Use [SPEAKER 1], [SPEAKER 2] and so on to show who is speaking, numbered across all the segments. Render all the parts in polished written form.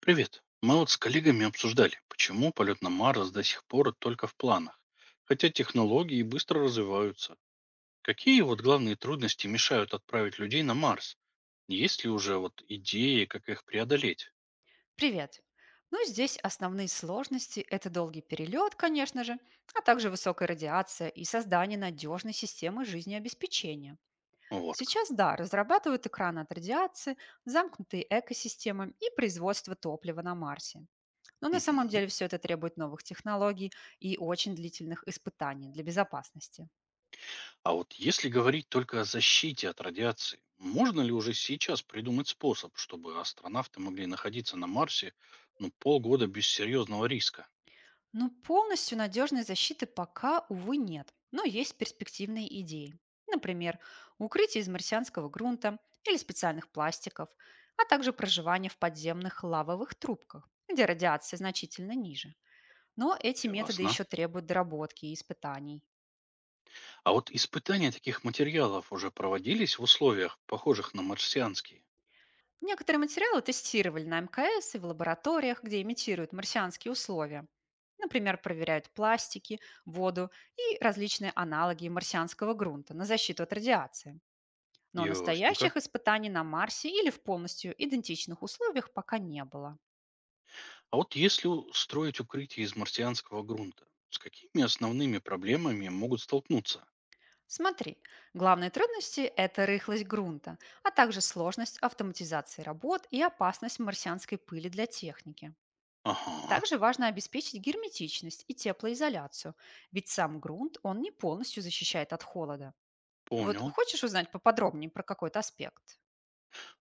[SPEAKER 1] Привет. Мы вот с коллегами обсуждали, почему полет на Марс до сих пор только в планах, хотя технологии быстро развиваются. Какие вот главные трудности мешают отправить людей на Марс? Есть ли уже вот идеи, как их преодолеть?
[SPEAKER 2] Привет. Ну, здесь основные сложности– это долгий перелет, конечно же, а также высокая радиация и создание надежной системы жизнеобеспечения.
[SPEAKER 1] Вот как.
[SPEAKER 2] Сейчас, да, разрабатывают экраны от радиации, замкнутые экосистемы и производство топлива на Марсе. Но на самом
[SPEAKER 1] Мгм.
[SPEAKER 2] деле все это требует новых технологий и очень длительных испытаний для безопасности.
[SPEAKER 1] А вот если говорить только о защите от радиации, можно ли уже сейчас придумать способ, чтобы астронавты могли находиться на Марсе, ну, полгода без серьезного риска?
[SPEAKER 2] Но полностью надежной защиты пока, увы, нет. Но есть перспективные идеи. Например, укрытие из марсианского грунта или специальных пластиков, а также проживание в подземных лавовых трубках, где радиация значительно ниже. Но эти методы
[SPEAKER 1] Ясно.
[SPEAKER 2] еще требуют доработки и испытаний.
[SPEAKER 1] А вот испытания таких материалов уже проводились в условиях, похожих на марсианские.
[SPEAKER 2] Некоторые материалы тестировали на МКС и в лабораториях, где имитируют марсианские условия. Например, проверяют пластики, воду и различные аналоги марсианского грунта на защиту от радиации. Но
[SPEAKER 1] Ясненько.
[SPEAKER 2] настоящих испытаний на Марсе или в полностью идентичных условиях пока не было.
[SPEAKER 1] А вот если строить укрытие из марсианского грунта, с какими основными проблемами могут столкнуться?
[SPEAKER 2] Смотри, главные трудности– это рыхлость грунта, а также сложность автоматизации работ и опасность марсианской пыли для техники.
[SPEAKER 1] Ага,
[SPEAKER 2] Также важно обеспечить герметичность и теплоизоляцию, ведь сам грунт, он не полностью защищает от холода. Вот
[SPEAKER 1] понял.
[SPEAKER 2] хочешь узнать поподробнее про какой-то аспект?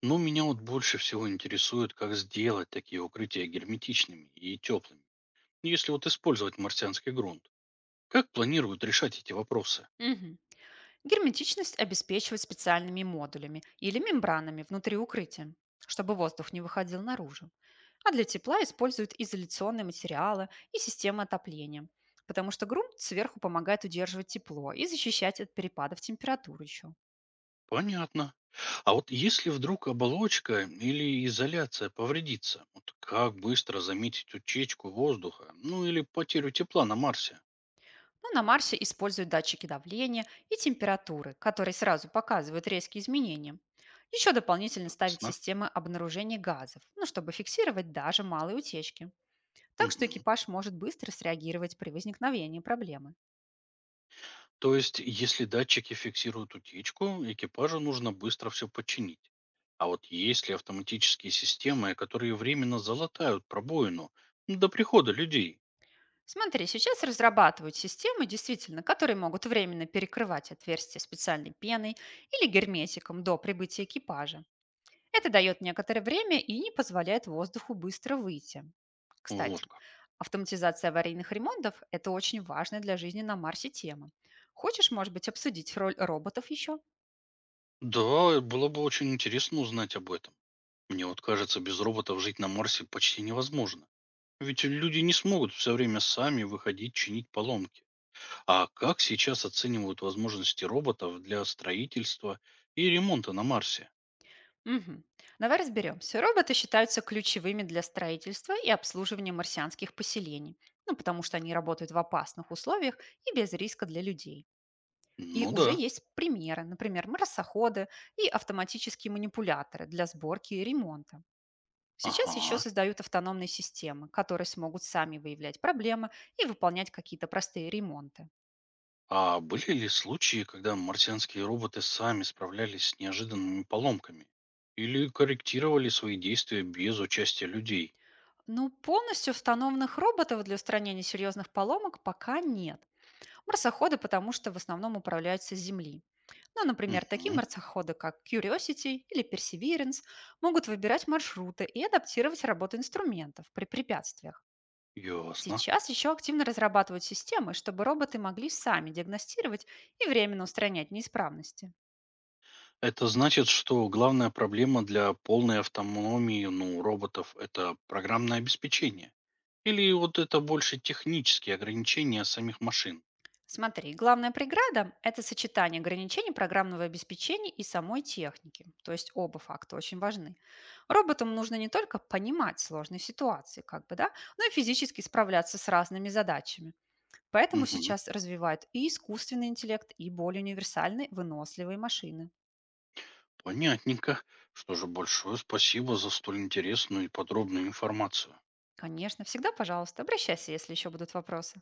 [SPEAKER 1] Но меня вот больше всего интересует, как сделать такие укрытия герметичными и теплыми, если вот использовать марсианский грунт. Как планируют решать эти вопросы?
[SPEAKER 2] Мгм. Герметичность обеспечивают специальными модулями или мембранами внутри укрытия, чтобы воздух не выходил наружу. А для тепла используют изоляционные материалы и системы отопления, потому что грунт сверху помогает удерживать тепло и защищать от перепадов температур еще.
[SPEAKER 1] Понятно. А вот если вдруг оболочка или изоляция повредится, вот как быстро заметить утечку воздуха, ну или потерю тепла на Марсе?
[SPEAKER 2] Но на Марсе используют датчики давления и температуры, которые сразу показывают резкие изменения. Еще дополнительно ставят
[SPEAKER 1] Ясно.
[SPEAKER 2] системы обнаружения газов, ну, чтобы фиксировать даже малые утечки. Так что
[SPEAKER 1] Мгм.
[SPEAKER 2] экипаж может быстро среагировать при возникновении проблемы.
[SPEAKER 1] То есть, если датчики фиксируют утечку, экипажу нужно быстро все починить. А вот есть ли автоматические системы, которые временно залатают пробоину до прихода людей?
[SPEAKER 2] Смотри, сейчас разрабатывают системы, действительно, которые могут временно перекрывать отверстия специальной пеной или герметиком до прибытия экипажа. Это дает некоторое время и не позволяет воздуху быстро выйти.
[SPEAKER 1] Вот
[SPEAKER 2] Кстати,
[SPEAKER 1] как.
[SPEAKER 2] автоматизация аварийных ремонтов– это очень важная для жизни на Марсе тема. Хочешь, может быть, обсудить роль роботов еще?
[SPEAKER 1] Да, было бы очень интересно узнать об этом. Мне вот кажется, без роботов жить на Марсе почти невозможно. Ведь люди не смогут все время сами выходить чинить поломки. А как сейчас оценивают возможности роботов для строительства и ремонта на Марсе?
[SPEAKER 2] Мгм. Давай разберемся. Роботы считаются ключевыми для строительства и обслуживания марсианских поселений, ну, потому что они работают в опасных условиях и без риска для людей. И
[SPEAKER 1] Ну да,
[SPEAKER 2] уже есть примеры, например, марсоходы и автоматические манипуляторы для сборки и ремонта. Сейчас еще
[SPEAKER 1] ага.
[SPEAKER 2] создают автономные системы, которые смогут сами выявлять проблемы и выполнять какие-то простые ремонты.
[SPEAKER 1] А были ли случаи, когда марсианские роботы сами справлялись с неожиданными поломками? Или корректировали свои действия без участия людей?
[SPEAKER 2] Ну, полностью установленных роботов для устранения серьезных поломок пока нет. Марсоходы, потому что в основном управляются с Земли. Ну, например, такие
[SPEAKER 1] Угу,
[SPEAKER 2] марсоходы, как Curiosity или Perseverance, могут выбирать маршруты и адаптировать работу инструментов при препятствиях.
[SPEAKER 1] ясно.
[SPEAKER 2] Сейчас еще активно разрабатывают системы, чтобы роботы могли сами диагностировать и временно устранять неисправности.
[SPEAKER 1] Это значит, что главная проблема для полной автономии, ну, роботов– это программное обеспечение. Или вот это больше технические ограничения самих машин?
[SPEAKER 2] Смотри, главная преграда– это сочетание ограничений программного обеспечения и самой техники. То есть оба факта очень важны. Роботам нужно не только понимать сложные ситуации, как бы, да, но и физически справляться с разными задачами. Поэтому
[SPEAKER 1] Мгм.
[SPEAKER 2] сейчас развивают и искусственный интеллект, и более универсальные выносливые машины.
[SPEAKER 1] Понятненько. Что же, большое спасибо за столь интересную и подробную информацию.
[SPEAKER 2] Конечно, всегда, пожалуйста, обращайся, если еще будут вопросы.